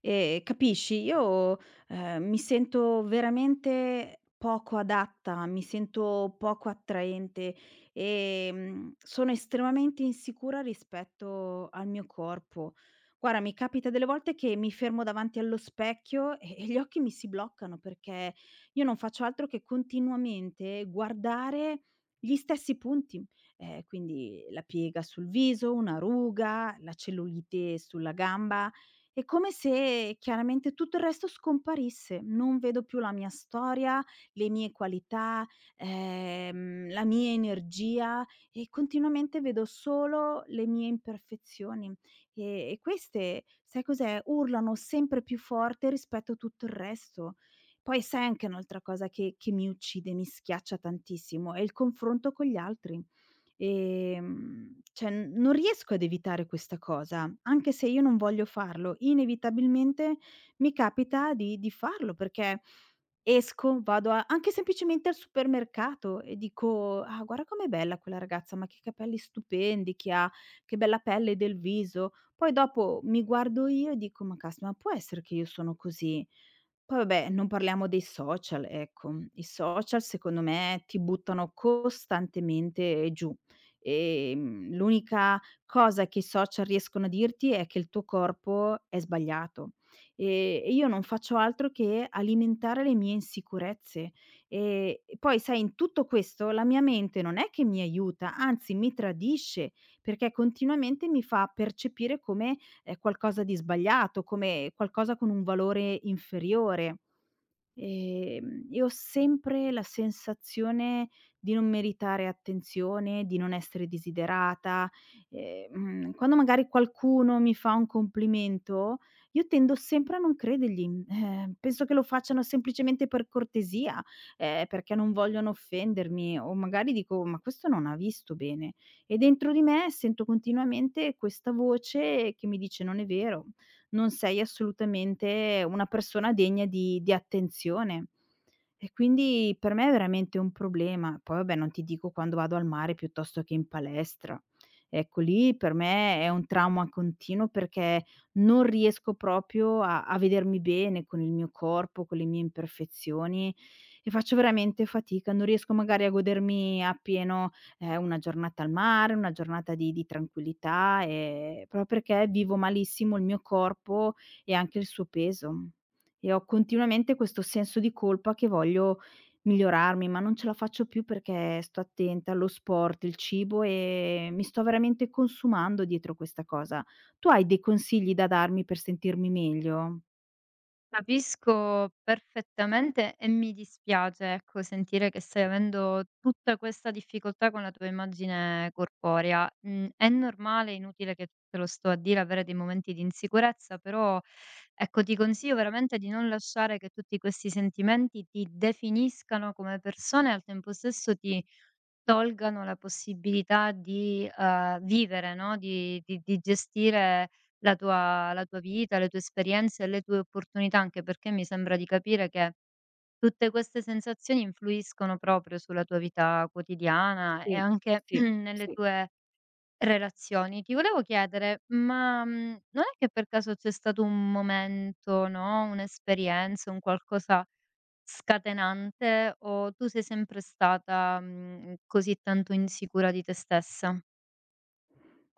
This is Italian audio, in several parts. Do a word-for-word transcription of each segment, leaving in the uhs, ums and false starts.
Ehm, capisci? Io, ehm, mi sento veramente poco adatta, mi sento poco attraente, ehm, sono estremamente insicura rispetto al mio corpo. Guarda, mi capita delle volte che mi fermo davanti allo specchio e e gli occhi mi si bloccano, perché io non faccio altro che continuamente guardare gli stessi punti. Ehm, quindi la piega sul viso, una ruga, la cellulite sulla gamba è come se chiaramente tutto il resto scomparisse. Non vedo più la mia storia, le mie qualità, ehm, la mia energia e continuamente vedo solo le mie imperfezioni. E, e queste, sai cos'è? Urlano sempre più forte rispetto a tutto il resto. Poi sai anche un'altra cosa che, che mi uccide, mi schiaccia tantissimo, è il confronto con gli altri. Ehm, cioè non riesco ad evitare questa cosa, anche se io non voglio farlo, inevitabilmente mi capita di di farlo perché esco, vado a anche semplicemente al supermercato e dico: "Ah, guarda com'è bella quella ragazza, ma che capelli stupendi che ha, che bella pelle del viso". Poi dopo mi guardo io e dico: "Ma caspita, ma può essere che io sono così?" Poi vabbè, non parliamo dei social, ecco. I social secondo me ti buttano costantemente giù. Ehm, l'unica cosa che i social riescono a dirti è che il tuo corpo è sbagliato. E e io non faccio altro che alimentare le mie insicurezze. Ehm, e poi sai in tutto questo la mia mente non è che mi aiuta, anzi mi tradisce, perché continuamente mi fa percepire come ehm, qualcosa di sbagliato, come qualcosa con un valore inferiore. Ehm, e ho sempre la sensazione di non meritare attenzione, di non essere desiderata. Ehm, quando magari qualcuno mi fa un complimento, io tendo sempre a non credergli. Eh, penso che lo facciano semplicemente per cortesia, ehm, perché non vogliono offendermi o magari dico: "Ma questo non ha visto bene". E dentro di me sento continuamente questa voce che mi dice: "Non è vero", non sei assolutamente una persona degna di di attenzione. E quindi per me è veramente un problema. Poi vabbè, non ti dico quando vado al mare piuttosto che in palestra. Ecco, lì per me è un trauma continuo perché non riesco proprio a a vedermi bene con il mio corpo, con le mie imperfezioni e faccio veramente fatica, non riesco magari a godermi appieno è una giornata al mare, una giornata di di tranquillità, ehm, proprio perché vivo malissimo il mio corpo e anche il suo peso. E ho continuamente questo senso di colpa che voglio migliorarmi, ma non ce la faccio più perché sto attenta allo sport, il cibo e mi sto veramente consumando dietro questa cosa. Tu hai dei consigli da darmi per sentirmi meglio? Capisco perfettamente e mi dispiace, ecco, sentire che stai avendo tutta questa difficoltà con la tua immagine corporea. Mm, è normale, è inutile che te lo sto a dire, avere dei momenti di insicurezza, però ecco, ti consiglio veramente di non lasciare che tutti questi sentimenti ti definiscano come persona e al tempo stesso ti tolgano la possibilità di, uhm, vivere, no, di di di gestire la tua la tua vita, le tue esperienze e le tue opportunità, anche perché mi sembra di capire che tutte queste sensazioni influiscono proprio sulla tua vita quotidiana e Sì, anche sì, nelle sì. tue relazioni. Ti volevo chiedere, ma, mhmm, non è che per caso c'è stato un momento, no, un'esperienza, un qualcosa scatenante o tu sei sempre stata, mhmm, così tanto insicura di te stessa?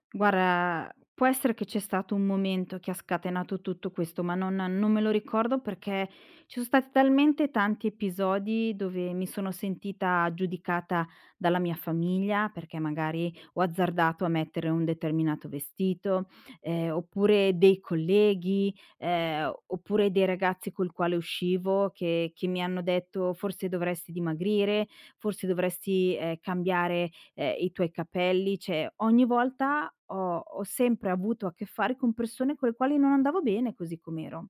Guarda, può essere che c'è stato un momento che ha scatenato tutto questo, ma non non me lo ricordo perché ci sono stati talmente tanti episodi dove mi sono sentita giudicata dalla mia famiglia, perché magari ho azzardato a mettere un determinato vestito, ehm, oppure dei colleghi, ehm, oppure dei ragazzi col quale uscivo che che mi hanno detto: "Forse dovresti dimagrire, forse dovresti, ehm, cambiare ehm, i tuoi capelli", cioè ogni volta ho ho sempre avuto a che fare con persone con le quali non andavo bene così com'ero.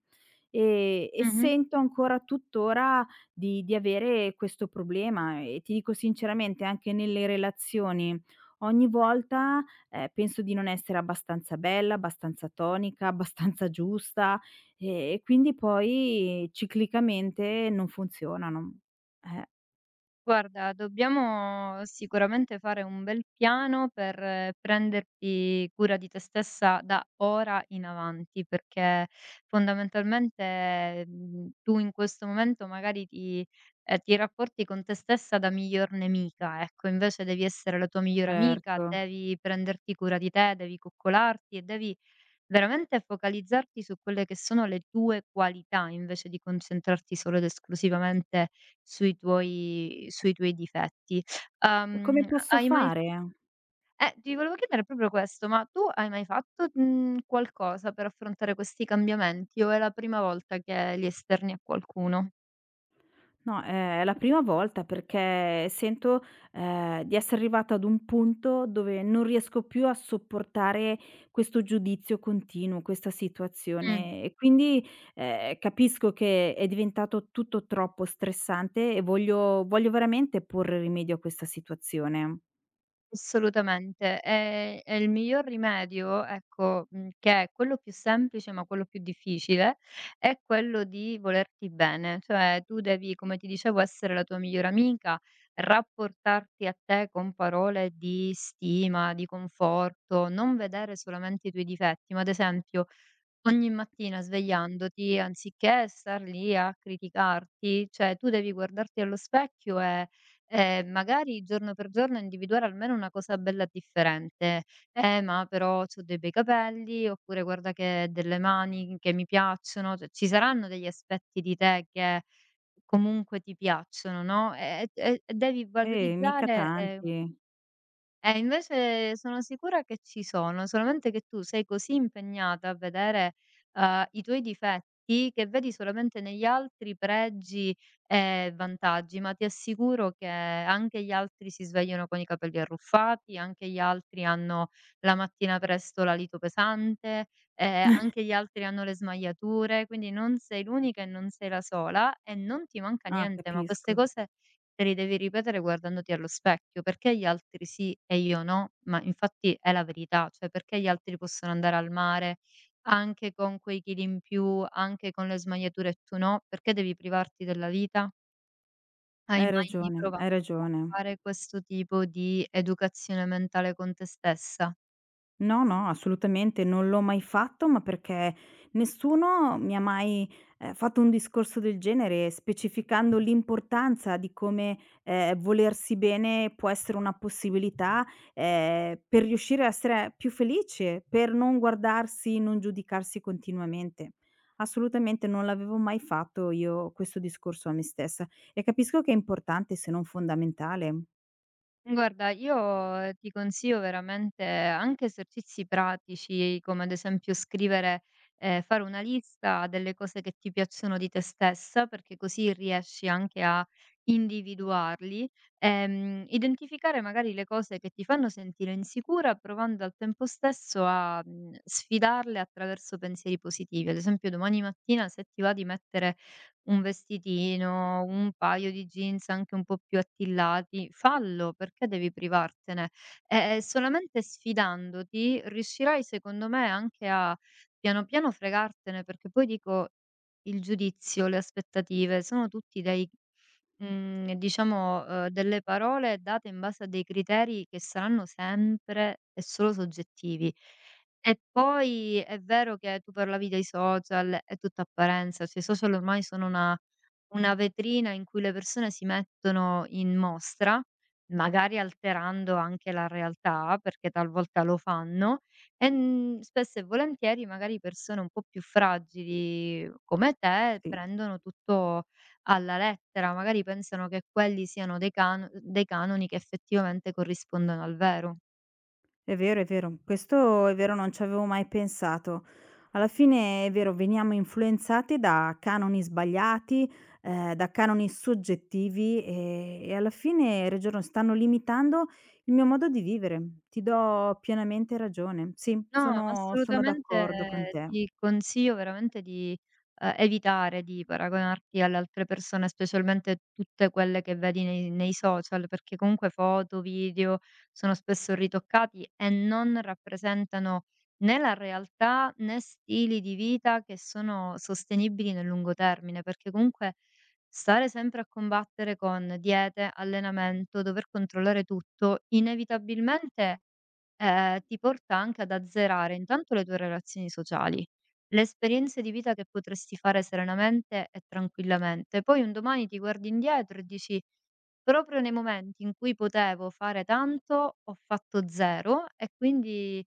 E e Mh-mh. sento ancora tuttora di di avere questo problema e ti dico sinceramente anche nelle relazioni, ogni volta, ehm, penso di non essere abbastanza bella, abbastanza tonica, abbastanza giusta, e e quindi poi ciclicamente non funzionano. Eh, Guarda, dobbiamo sicuramente fare un bel piano per eh, prenderti cura di te stessa da ora in avanti, perché fondamentalmente mh, tu in questo momento magari ti, eh, ti rapporti con te stessa da miglior nemica, ecco, invece devi essere la tua migliore amica, certo. devi prenderti cura di te, devi coccolarti e devi veramente focalizzarti su quelle che sono le tue qualità, invece di concentrarti solo ed esclusivamente sui tuoi sui tuoi difetti. E come Uhm, posso hai mai fare? eh, ti volevo chiedere proprio questo, ma tu hai mai fatto, mhmm, qualcosa per affrontare questi cambiamenti o è la prima volta che li esterni a qualcuno? No, eh, è la prima volta perché sento, ehm, di essere arrivata ad un punto dove non riesco più a sopportare questo giudizio continuo, questa Mh. situazione e quindi, ehm, capisco che è diventato tutto troppo stressante e voglio voglio veramente porre rimedio a questa situazione. Assolutamente. Ehm, e il miglior rimedio, ecco, mhmm, che è quello più semplice, ma quello più difficile, è quello di volerti bene. Cioè, tu devi, come ti dicevo, essere la tua migliore amica, rapportarti a te con parole di stima, di conforto, non vedere solamente i tuoi difetti, ma ad esempio ogni mattina svegliandoti, anziché star lì a criticarti, cioè tu devi guardarti allo specchio e, ehm, magari giorno per giorno individuare almeno una cosa bella differente. "Eh, ma però c'ho dei bei capelli", oppure "Guarda che ho delle mani che mi piacciono", cioè ci saranno degli aspetti di te che comunque ti piacciono, no, e e e devi Eh, mica valorizzare, ehm tanti. eh, invece sono sicura che ci sono, solamente che tu sei così impegnata a vedere, uhm, i tuoi difetti, che vedi solamente negli altri pregi e vantaggi, ma ti assicuro che anche gli altri si svegliano con i capelli arruffati, anche gli altri hanno la mattina presto la lito pesante, ehm, anche gli altri hanno le smagliature, quindi non sei l'unica e non sei la sola e non ti manca Ah, niente, ma queste capisco. cose te li devi ripetere guardandoti allo specchio, perché gli altri sì e io no, ma infatti è la verità, cioè perché gli altri possono andare al mare anche con quei chili in più, anche con le smagliature e tu no, perché devi privarti della vita? Hai Hai mai ragione, provato hai a ragione. fare questo tipo di educazione mentale con te stessa? No, no, assolutamente non l'ho mai fatto, ma perché nessuno mi ha mai, ehm, fatto un discorso del genere, specificando l'importanza di come, ehm, volersi bene può essere una possibilità, ehm, per riuscire a essere più felice, per non guardarsi, non giudicarsi continuamente. Assolutamente non l'avevo mai fatto io questo discorso a me stessa e capisco che è importante se non fondamentale. Guarda, io eh, ti consiglio veramente anche esercizi pratici, come ad esempio scrivere, ehm, fare una lista delle cose che ti piacciono di te stessa, perché così riesci anche a individuarli. Ehm, identificare magari le cose che ti fanno sentire insicura, provando al tempo stesso a, mhmm, sfidarle attraverso pensieri positivi. Ad esempio domani mattina se ti va di mettere un vestitino, un paio di jeans anche un po' più attillati, fallo perché devi privartene. Eh, solamente sfidandoti riuscirai secondo me anche a piano piano fregartene, perché poi dico il giudizio, le aspettative sono tutti dei Mhmm, diciamo, uhm, delle parole date in base a dei criteri che saranno sempre e solo soggettivi. E poi è vero che tu parlavi dei social, è tutta apparenza, cioè i social ormai sono una una vetrina in cui le persone si mettono in mostra, magari alterando anche la realtà, perché talvolta lo fanno, e, mhmm, spesso e volentieri magari persone un po' più fragili come te Sì. prendono tutto alla lettera, magari pensano che quelli siano dei can dei canoni che effettivamente corrispondono al vero. È vero, è vero. Questo è vero, non ci avevo mai pensato. Alla fine è vero, veniamo influenzati da canoni sbagliati, ehm, da canoni soggettivi, e e alla fine regiono stanno limitando il mio modo di vivere. Ti do pienamente ragione. Sì, No, ma sono sono d'accordo con assolutamente te. ti consiglio veramente di, ehm, evitare di paragonarti alle altre persone, specialmente tutte quelle che vedi nei nei social, perché comunque foto, video sono spesso ritoccati e non rappresentano né la realtà, né stili di vita che sono sostenibili nel lungo termine, perché comunque stare sempre a combattere con diete, allenamento, dover controllare tutto, inevitabilmente ehm, ti porta anche ad azzerare intanto le tue relazioni sociali, le esperienze di vita che potresti fare serenamente e tranquillamente. Poi un domani ti guardi indietro e dici: "Proprio nei momenti in cui potevo fare tanto, ho fatto zero" e quindi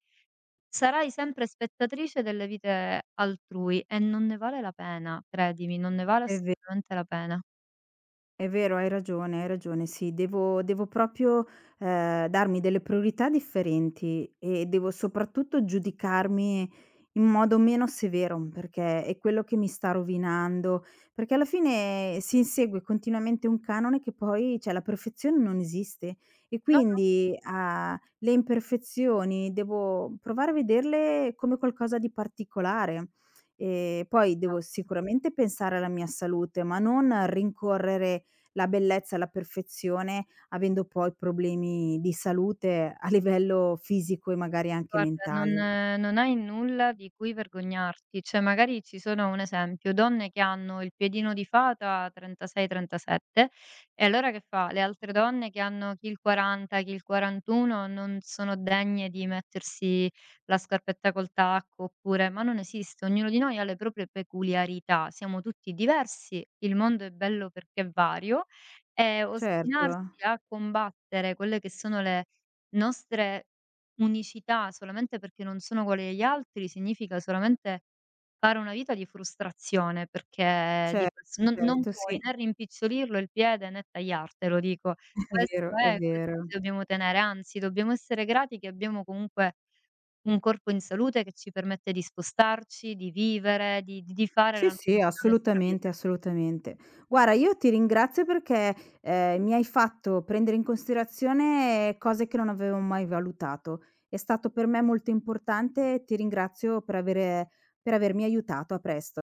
sarai sempre spettatrice delle vite altrui e non ne vale la pena, credimi, non ne vale È ve assolutamente la pena. È vero, hai ragione, hai ragione. Sì, devo devo proprio, ehm, darmi delle priorità differenti e devo soprattutto giudicarmi in modo meno severo, perché è quello che mi sta rovinando. Perché alla fine si insegue continuamente un canone che poi cioè la perfezione non esiste e No, no. quindi, uhm, le imperfezioni devo provare a vederle come qualcosa di particolare. E poi No. devo sicuramente pensare alla mia salute, ma non rincorrere la bellezza e la perfezione, avendo poi problemi di salute a livello fisico e magari anche Guarda, non mentali. non hai nulla di cui vergognarti, cioè magari ci sono un esempio, donne che hanno il piedino di fata trentasei, trentasette e allora che fa? Le altre donne che hanno chi il quaranta, chi il quarantuno non sono degne di mettersi la scarpetta col tacco oppure ma non esiste, ognuno di noi ha le proprie peculiarità, siamo tutti diversi, il mondo è bello perché è vario e Certo, ostinarsi a combattere quelle che sono le nostre unicità solamente perché non sono uguali agli altri, significa solamente fare una vita di frustrazione, perché cer di ques non non certo, puoi sì, né rimpicciolirlo il piede, né tagliartelo, dico. è Questo vero, è è, questo vero. ci dobbiamo tenere, anzi dobbiamo essere grati che abbiamo comunque un corpo in salute che ci permette di spostarci, di vivere, di di di fare Sì, la la sì, nostra assolutamente, vita. assolutamente. Guarda, io ti ringrazio perché, ehm, mi hai fatto prendere in considerazione cose che non avevo mai valutato. È stato per me molto importante e ti ringrazio per avere per avermi aiutato. A presto.